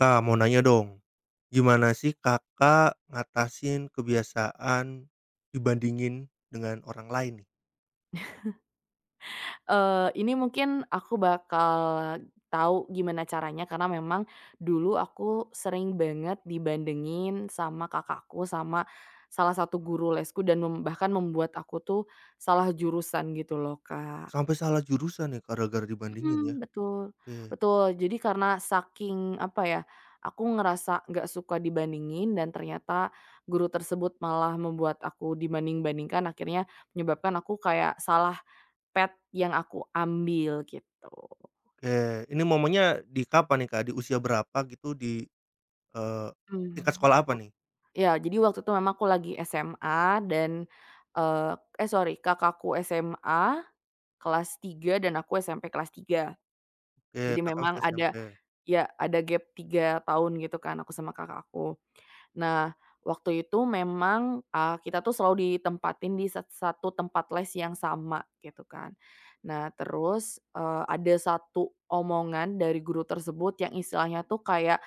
Kak, mau nanya dong, gimana sih Kakak ngatasin kebiasaan dibandingin dengan orang lain nih? Ini mungkin aku bakal tahu gimana caranya karena memang dulu aku sering banget dibandingin sama kakakku, sama salah satu guru lesku dan bahkan membuat aku tuh salah jurusan gitu loh, Kak. Sampai salah jurusan nih gara-gara dibandingin ya? Mmm, betul Oke betul. Jadi karena saking apa ya, aku ngerasa nggak suka dibandingin dan ternyata guru tersebut malah membuat aku dibanding-bandingkan, akhirnya menyebabkan aku kayak salah pet yang aku ambil gitu. oke, ini momennya di kapan nih Kak? Di usia berapa gitu? Di, eee, tingkat Mmm, sekolah apa nih? Ya jadi waktu itu memang aku lagi SMA eee, eh, sorry, kakakku SMA kelas 3 dan aku SMP kelas 3. Oke, Jadi Kakak masih memang SMP, ada, ya, ada gap 3 tahun gitu kan aku sama kakak aku. Nah, waktu itu memang, kita tuh selalu ditempatin di satu tempat les yang sama gitu kan. Nah terus, ada satu omongan dari guru tersebut yang istilahnya tuh kayak,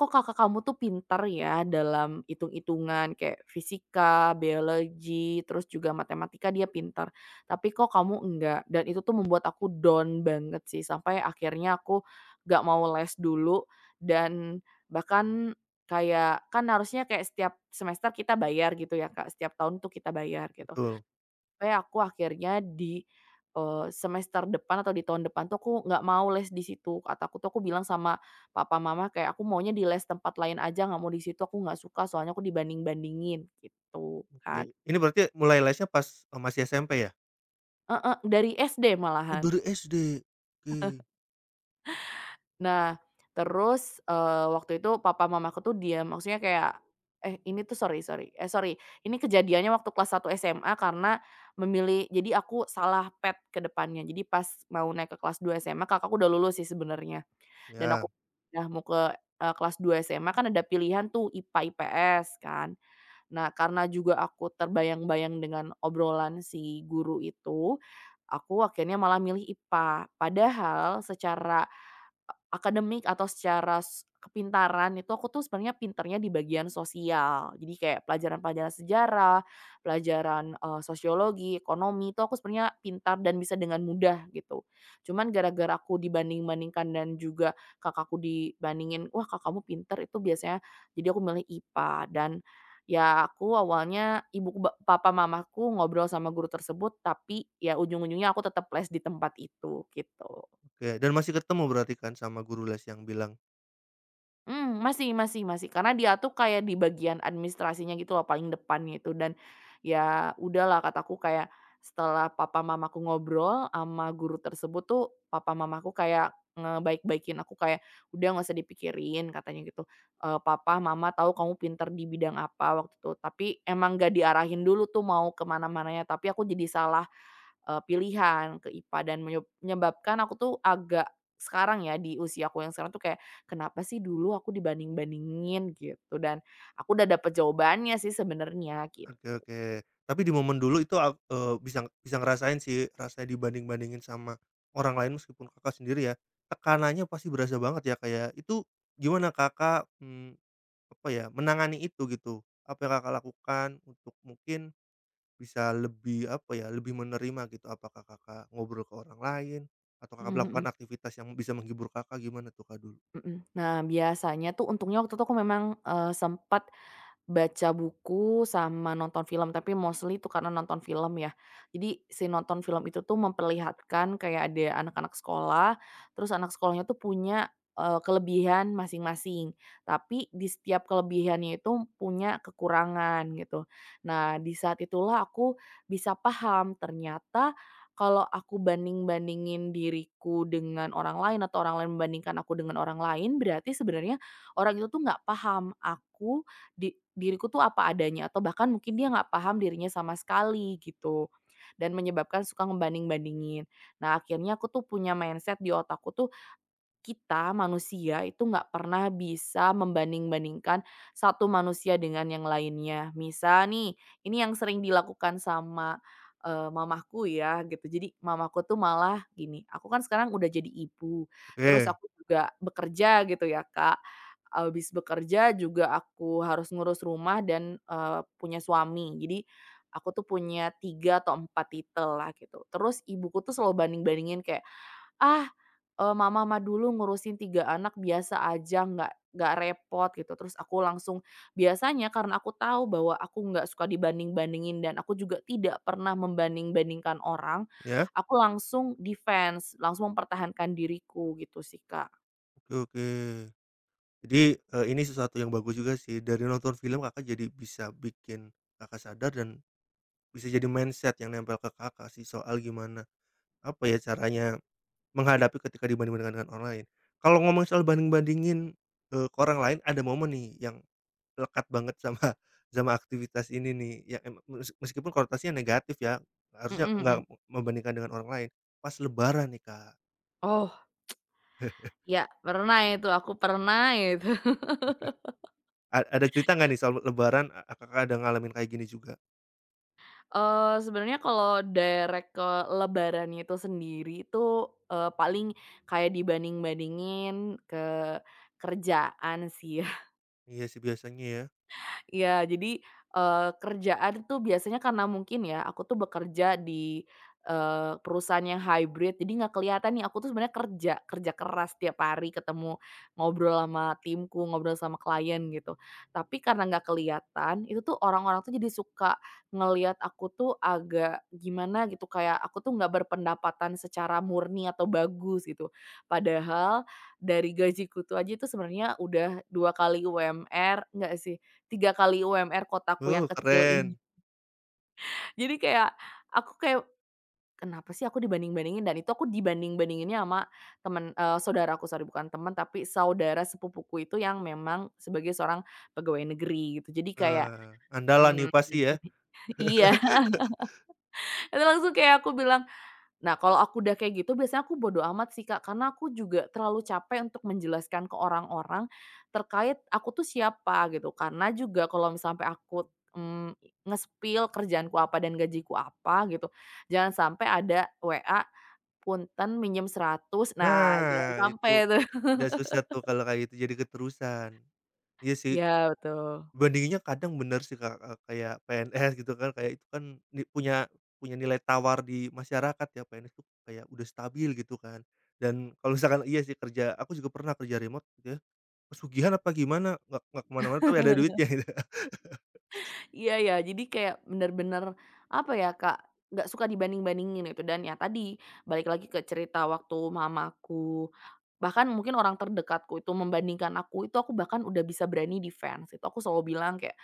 "Kok kakak kamu tuh pintar ya dalam hitung-hitungan kayak fisika, biologi, terus juga matematika dia pintar, tapi kok kamu enggak?" Dan itu tuh membuat aku down banget sih, sampai akhirnya aku nggak mau les dulu dan bahkan. Kayak kan harusnya kayak setiap semester kita bayar gitu ya Kak, setiap tahun tuh kita bayar gitu. betul, Kayak aku akhirnya di semester depan atau di tahun depan tuh aku nggak mau les di situ, kataku tuh aku bilang sama papa mama kayak, "Aku maunya di les tempat lain aja, nggak mau di situ, aku nggak suka soalnya aku dibanding-bandingin," gitu oke. kan. Ini berarti mulai lesnya pas, masih SMP ya? Heeh, dari SD Oh malahan. dari SD? Oke, Nah, terus, waktu itu papa mamaku tuh diam, maksudnya kayak eh, ini tuh sorry sorry, eh, sorry, ini kejadiannya waktu kelas 1 SMA karena memilih jadi aku salah pet ke depannya. Jadi pas mau naik ke kelas 2 SMA, kakakku udah lulus sih sebenarnya, dan aku ya, udah mau ke, kelas 2 SMA kan ada pilihan tuh IPA-IPS kan. Nah, karena juga aku terbayang-bayang dengan obrolan si guru itu, aku akhirnya malah milih IPA. Padahal secara akademik atau secara kepintaran itu aku tuh sebenarnya pinternya di bagian sosial. Jadi kayak pelajaran-pelajaran sejarah, pelajaran sosiologi, ekonomi itu aku sebenarnya pintar dan bisa dengan mudah gitu. Cuman gara-gara aku dibanding-bandingkan dan juga kakakku dibandingin, "Wah kak kamu pinter," itu biasanya jadi aku milih IPA dan, ya, aku awalnya ibu ba papa mamaku ngobrol sama guru tersebut tapi ya ujung-ujungnya aku tetap les di tempat itu, gitu. oke dan masih ketemu berarti kan sama guru les yang bilang. Mmm, masih masih masih, karena dia tuh kayak di bagian administrasinya gitu loh, paling depannya itu dan, ya udahlah kataku kayak, setelah papa mamaku ngobrol ama guru tersebut tuh, papa mamaku kayak ngebaik-baikin aku kayak, "Udah nggak usah dipikirin," katanya gitu, "Papa, mama tahu kamu pinter di bidang apa," waktu itu, tapi emang nggak diarahin dulu tuh mau ke mana-mananya, tapi aku jadi salah. Pilihan ke IPA dan menyebabkan aku tuh agak sekarang ya di usia aku yang sekarang tuh kayak, "Kenapa sih dulu aku dibanding-bandingin?" Gitu dan aku udah dapet jawabannya sih sebenarnya Oke gitu. oke. Tapi di momen dulu itu bisa bisa ngerasain sih, rasanya dibanding-bandingin sama orang lain meskipun Kakak sendiri ya, tekanannya pasti berasa banget ya, kayak itu gimana Kakak, apa ya, menangani itu gitu? Apa yang Kakak lakukan untuk mungkin bisa lebih, apa ya, lebih menerima gitu? Apakah Kakak ngobrol ke orang lain atau Kakak Mhm melakukan mhm. aktivitas yang bisa menghibur Kakak, gimana tuh, Kak, dulu? Mhm. Nah biasanya tuh untungnya waktu itu aku memang, sempet baca buku sama nonton film, tapi mostly itu karena nonton film ya. Jadi si nonton film itu tuh memperlihatkan kayak ada anak-anak sekolah, terus anak sekolahnya tuh punya, kelebihan masing-masing, tapi di setiap kelebihannya itu punya kekurangan gitu. Nah di saat itulah aku bisa paham, ternyata kalau aku banding-bandingin diriku dengan orang lain atau orang lain membandingkan aku dengan orang lain, berarti sebenarnya orang itu tuh nggak paham aku diriku tuh apa adanya atau bahkan mungkin dia nggak paham dirinya sama sekali gitu dan menyebabkan suka ngebanding-bandingin. Nah akhirnya aku tuh punya mindset di otakku tuh kita manusia itu nggak pernah bisa membanding-bandingkan satu manusia dengan yang lainnya. Misal nih, ini yang sering dilakukan sama, mamaku ya gitu. Jadi mamaku tuh malah gini, aku kan sekarang udah jadi ibu, terus Oke, aku juga bekerja gitu ya Kak, habis bekerja juga aku harus ngurus rumah dan, punya suami. Jadi aku tuh punya 3 atau 4 lah gitu. Terus ibuku tuh selalu banding-bandingin kayak, "Ah. Mama mah dulu ngurusin 3 anak biasa aja, nggak repot gitu. Terus aku langsung." Biasanya karena aku tahu bahwa aku nggak suka dibanding-bandingin dan aku juga tidak pernah membanding-bandingkan orang, ya? aku langsung defense, langsung mempertahankan diriku gitu sih, Kak. Oke oke. Jadi, ini sesuatu yang bagus juga sih, dari nonton film Kakak jadi bisa bikin Kakak sadar dan bisa jadi mindset yang nempel ke Kakak sih soal gimana, apa ya, caranya menghadapi ketika dibandingkan dengan orang lain. Kalau ngomong soal banding-bandingin, ke orang lain, ada momen nih yang lekat banget sama sama aktivitas ini nih, yang emang meskipun konotasinya negatif ya, harusnya Mhm nggak mhm. membandingkan dengan orang lain, pas lebaran nih, Kak. Oh, ya pernah itu, aku pernah itu. Ada cerita nggak nih soal lebaran, Kakak ada ngalamin kayak gini juga? Sebenarnya kalau direct ke lebarannya itu sendiri itu, paling kayak dibanding-bandingin ke kerjaan sih. Iya sih, biasanya ya. Iya, jadi, kerjaan tuh biasanya karena mungkin ya, aku tuh bekerja di, perusahaan yang hybrid, jadi nggak kelihatan nih aku tuh sebenarnya kerja keras tiap hari ketemu, ngobrol sama timku, ngobrol sama klien gitu. Tapi karena nggak kelihatan, itu tuh orang-orang tuh jadi suka ngelihat aku tuh agak gimana gitu, kayak aku tuh nggak berpendapatan secara murni atau bagus gitu. Padahal dari gajiku tuh aja itu sebenarnya udah 2 kali UMR, nggak sih, 3 kali UMR kotaku yang Oh, kecil ini. keren. Jadi kayak, aku kayak, "Kenapa sih aku dibanding-bandingin?" Dan itu aku dibanding-bandinginnya sama saudaraku, sorry bukan temen, tapi saudara sepupuku itu yang memang sebagai seorang pegawai negeri gitu. Jadi kayak Wah, andalan nih mhm, pasti ya. iya, itu langsung kayak aku bilang. Nah, kalau aku udah kayak gitu biasanya aku bodo amat sih, Kak, karena aku juga terlalu capek untuk menjelaskan ke orang-orang terkait aku tuh siapa gitu. Karena juga kalau misalnya sampai aku, mmm, nge-spill kerjaanku apa dan gajiku apa gitu, jangan sampai ada WA, "Punten minjem 100." Nah, jangan Nah, sampai itu tuh. udah susah tuh kalau kayak gitu jadi keterusan. Iya sih, Ya betul. bandinginnya kadang bener sih, Kak, kayak PNS gitu kan, kayak itu kan punya punya nilai tawar di masyarakat ya, PNS tuh kayak udah stabil gitu kan. Dan kalau misalkan iya sih kerja aku juga pernah kerja remote gitu ya, pesugihan apa gimana, nggak ke mana-mana tapi ada duitnya gitu. Iya ya, jadi kayak bener-bener, apa ya, Kak, nggak suka dibanding-bandingin itu dan ya tadi, balik lagi ke cerita waktu mamaku, bahkan mungkin orang terdekatku itu membandingkan aku, itu aku bahkan udah bisa berani defense, itu aku selalu bilang kayak,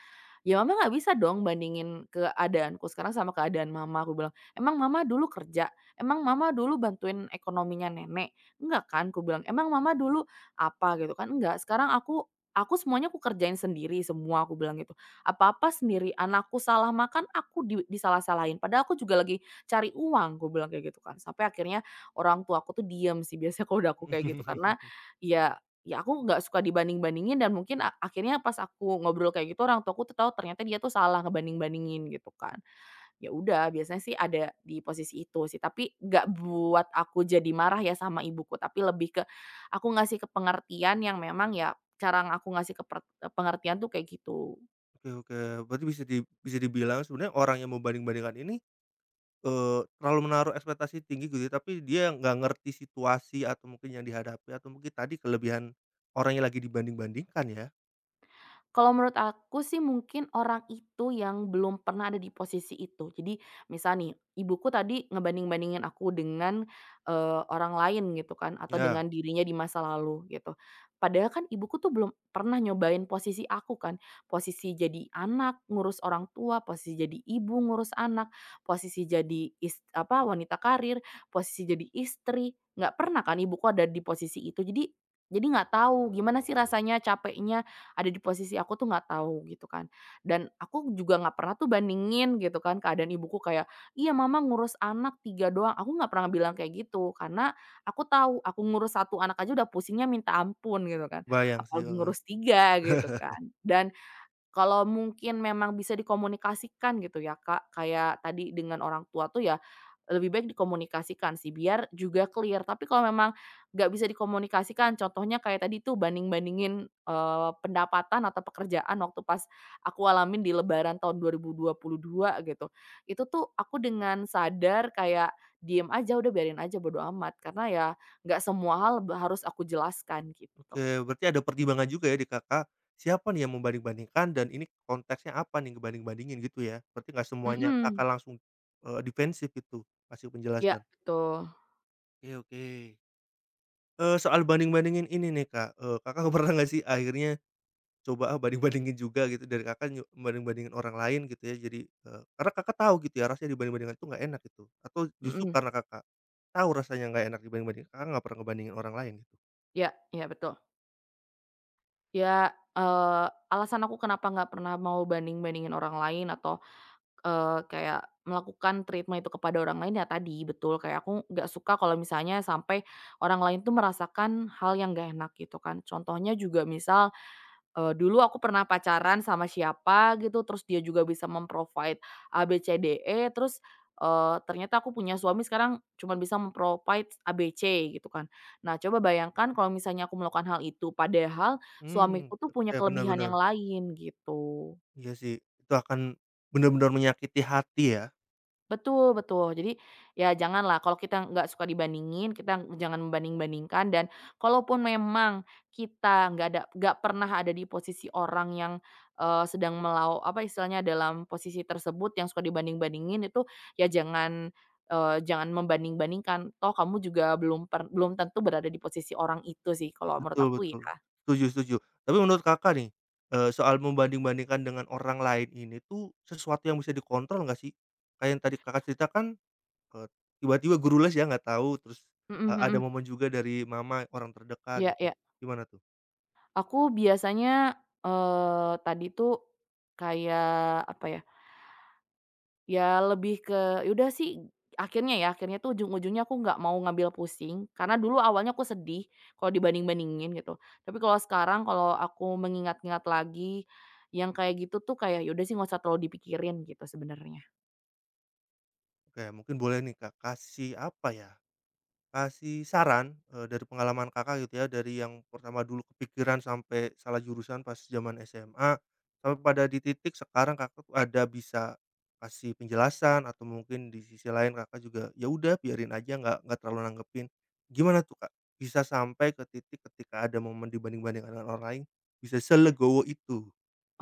"Ya Mama nggak bisa dong bandingin keadaanku sekarang sama keadaan Mama," aku bilang, "Emang Mama dulu kerja? Emang Mama dulu bantuin ekonominya nenek? Enggak kan," aku bilang, "emang Mama dulu apa gitu kan? Enggak, sekarang aku semuanya aku kerjain sendiri semua," aku bilang gitu. "Apa-apa sendiri, anakku salah makan aku disalah-salahin, padahal aku juga lagi cari uang," aku bilang kayak gitu kan. Sampai akhirnya orang tua aku tuh diem sih biasanya kalau udah aku kayak gitu, karena ya. Ya aku nggak suka dibanding-bandingin dan mungkin akhirnya pas aku ngobrol kayak gitu orang tuaku tuh tahu ternyata dia tuh salah ngebanding-bandingin gitu kan. Ya udah biasanya sih ada di posisi itu sih, tapi nggak buat aku jadi marah ya sama ibuku, tapi lebih ke aku ngasih ke pengertian yang memang ya cara aku ngasih ke pengertian tuh kayak gitu. Oke oke, berarti bisa dibilang sebenarnya orang yang membanding-bandingkan ini, terlalu menaruh ekspektasi tinggi gitu ya, tapi dia nggak ngerti situasi atau mungkin yang dihadapi atau mungkin tadi kelebihan orang yang lagi dibanding-bandingkan ya? Kalau menurut aku sih mungkin orang itu yang belum pernah ada di posisi itu. Jadi misal nih, ibuku tadi ngebanding-bandingin aku dengan, orang lain gitu kan atau Ya, dengan dirinya di masa lalu gitu. Padahal kan ibuku tuh belum pernah nyobain posisi aku kan, posisi jadi anak, ngurus orang tua, posisi jadi ibu, ngurus anak, posisi jadi apa, wanita karir, posisi jadi istri, nggak pernah kan ibuku ada di posisi itu. Jadi nggak tahu gimana sih rasanya, capeknya, ada di posisi aku tuh nggak tahu gitu kan. Dan aku juga nggak pernah tuh bandingin gitu kan keadaan ibuku kayak, "Iya mama ngurus anak 3 doang." Aku nggak pernah bilang kayak gitu karena aku tahu aku ngurus satu anak aja udah pusingnya minta ampun gitu kan, kebayang sih, apalagi heeh. ngurus 3 gitu kan. Dan kalau mungkin memang bisa dikomunikasikan gitu ya, Kak, kayak tadi dengan orang tua tuh ya, lebih baik dikomunikasikan sih biar juga clear. Tapi kalau memang nggak bisa dikomunikasikan, contohnya kayak tadi tuh banding-bandingin, pendapatan atau pekerjaan waktu pas aku alamin di lebaran tahun dua 2022 gitu. Itu tuh aku dengan sadar kayak diem aja, udah biarin aja bodo amat, karena ya nggak semua hal harus aku jelaskan gitu. Oke, berarti ada pertimbangan juga ya di Kakak, siapa nih yang membanding-bandingkan dan ini konteksnya apa nih ngebanding-bandingin gitu ya? Berarti nggak semuanya Mhm, Kakak langsung, defensif gitu, kasih ya penjelasan. betul, Oke oke. Soal banding-bandingin ini nih Kak, Kakak pernah nggak sih akhirnya coba, ah, banding-bandingin juga gitu dari Kakak banding-bandingin orang lain gitu ya jadi, karena Kakak tahu gitu ya rasanya dibanding-bandingkan itu nggak enak gitu atau justru mhm. karena Kakak tahu rasanya nggak enak dibanding-bandingin, Kakak nggak pernah ngebandingin orang lain gitu? Iya iya betul. Ya, alasan aku kenapa nggak pernah mau banding-bandingin orang lain atau, kayak melakukan treatment itu kepada orang lain ya tadi, betul, kayak aku nggak suka kalau misalnya sampai orang lain tuh merasakan hal yang nggak enak gitu kan. Contohnya juga misal, dulu aku pernah pacaran sama siapa gitu, terus dia juga bisa memprovide a b A-B-C-D-E, terus, ternyata aku punya suami sekarang cuman bisa memprovide A-B-C gitu kan. Nah, coba bayangkan kalau misalnya aku melakukan hal itu, padahal suamiku tuh oke, punya benar kelebihan bener. yang lain gitu. Iya sih, itu akan benar-benar menyakiti hati ya. Betul betul. Jadi, ya janganlah kalau kita nggak suka dibandingin, kita jangan membanding-bandingkan dan kalaupun memang kita nggak pernah ada di posisi orang yang, sedang apa istilahnya dalam posisi tersebut yang suka dibanding-bandingin itu, ya jangan, jangan membanding-bandingkan. Toh kamu juga belum tentu berada di posisi orang itu sih kalau menurut Betul aku betul, ya. setuju setuju. Tapi menurut Kakak nih, soal membanding-bandingkan dengan orang lain ini tuh sesuatu yang bisa dikontrol nggak sih? Kayak yang tadi Kakak ceritakan, Eee, tiba-tiba guru les ya nggak tahu, terus, Mhm eee, ada mhm. momen juga dari mama, orang terdekat Iya gitu, iya. gimana tuh? Aku biasanya, tadi tuh kayak apa ya. Ya lebih ke ya udah sih akhirnya ya, akhirnya tuh ujung-ujungnya aku nggak mau ngambil pusing, karena dulu awalnya aku sedih kalau dibanding-bandingin gitu. Tapi kalau sekarang kalau aku mengingat-ingat lagi, yang kayak gitu tuh kayak, ya udah sih nggak usah terlalu dipikirin gitu sebenarnya. Oke mungkin boleh nih Kak, kasih apa ya, kasih saran, dari pengalaman Kakak gitu ya, dari yang pertama dulu kepikiran sampai salah jurusan pas zaman SMA, sampai pada di titik sekarang Kakak tuh ada bisa kasih penjelasan atau mungkin di sisi lain Kakak juga, ya udah biarin aja nggak terlalu nanggepin. Gimana tuh, Kak, bisa sampai ke titik ketika ada momen dibanding-bandingkan dengan orang lain, bisa selegowo itu?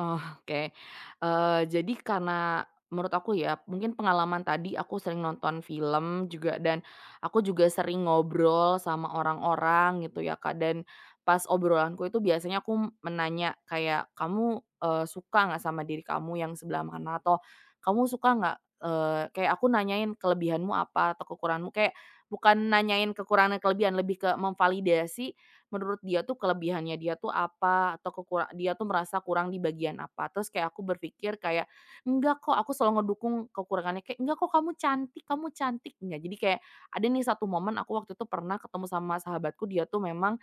Oh, oke, jadi karena menurut aku ya, mungkin pengalaman tadi aku sering nonton film juga dan aku juga sering ngobrol sama orang-orang gitu ya, Kak, dan pas obrolanku itu biasanya aku menanya kayak, "Kamu, suka nggak sama diri kamu yang sebelah mana?" Atau, "Kamu suka nggak?" Kayak aku nanyain kelebihanmu apa atau kekuranganmu, kayak bukan nanyain kekurangan dan kelebihan, lebih ke memvalidasi menurut dia tuh kelebihannya dia tuh apa atau dia tuh merasa kurang di bagian apa. Terus kayak aku berpikir kayak, "Enggak kok," aku selalu ngedukung kekurangannya kayak, "Enggak kok kamu cantik kamu cantik." Enggak, jadi kayak ada nih satu momen aku waktu itu pernah ketemu sama sahabatku dia tuh memang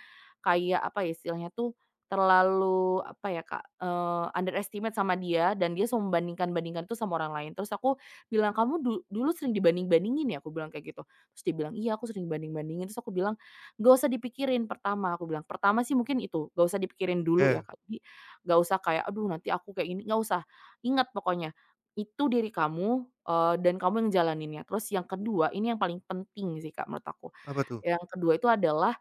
kayak apa ya istilahnya tuh terlalu apa ya Kak, underestimate sama dia dan dia selalu membandingkan-bandingkan itu sama orang lain. Terus aku bilang, "Kamu dulu sering dibanding-bandingin ya?" Aku bilang kayak gitu. Terus dia bilang, "Iya aku sering banding bandingin." Terus aku bilang, "Nggak usah dipikirin pertama," aku bilang. Pertama sih mungkin itu, nggak usah dipikirin dulu ya, Eh, Kak. Jadi, nggak usah kayak, "Aduh nanti aku kayak gini," nggak usah. Ingat pokoknya, itu diri kamu, dan kamu yang jalaninnya. Terus yang kedua, ini yang paling penting sih, Kak, menurut aku. apa tuh? Yang kedua itu adalah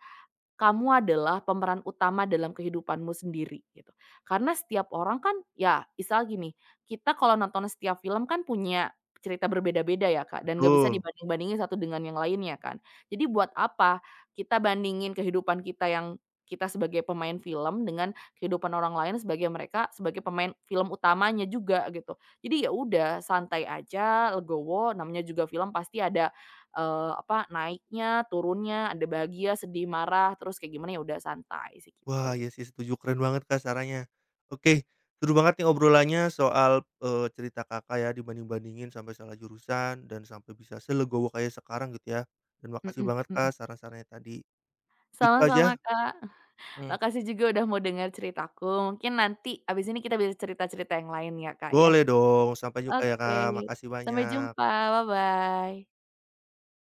kamu adalah pemeran utama dalam kehidupanmu sendiri gitu. Karena setiap orang kan ya istilah gini, kita kalau nonton setiap film kan punya cerita berbeda-beda ya Kak, dan nggak bisa Betul. dibanding-bandingin satu dengan yang lainnya kan. Jadi buat apa kita bandingin kehidupan kita yang kita sebagai pemain film dengan kehidupan orang lain sebagai mereka sebagai pemain film utamanya juga gitu. Jadi ya udah santai aja, legowo namanya juga film pasti ada. Apa, naiknya, turunnya, ada bahagia, sedih, marah, terus kayak gimana, ya udah santai sih Wah, gitu. iya sih setuju, keren banget Kak sarannya. Oke, seru banget nih obrolannya soal, cerita Kakak ya dibanding-bandingin sampai salah jurusan dan sampai bisa selegowo kayak sekarang gitu ya. Dan makasih Mhm banget Kak mhm. saran-sarannya tadi. Itu Sama-sama, aja Kak. mhm, Makasih juga udah mau dengar ceritaku. Mungkin nanti abis ini kita bisa cerita-cerita yang lain ya, Kak, ya. boleh dong, sampai jumpa ya Oke, Kak, makasih sampai jumpa, banyak. bye-bye.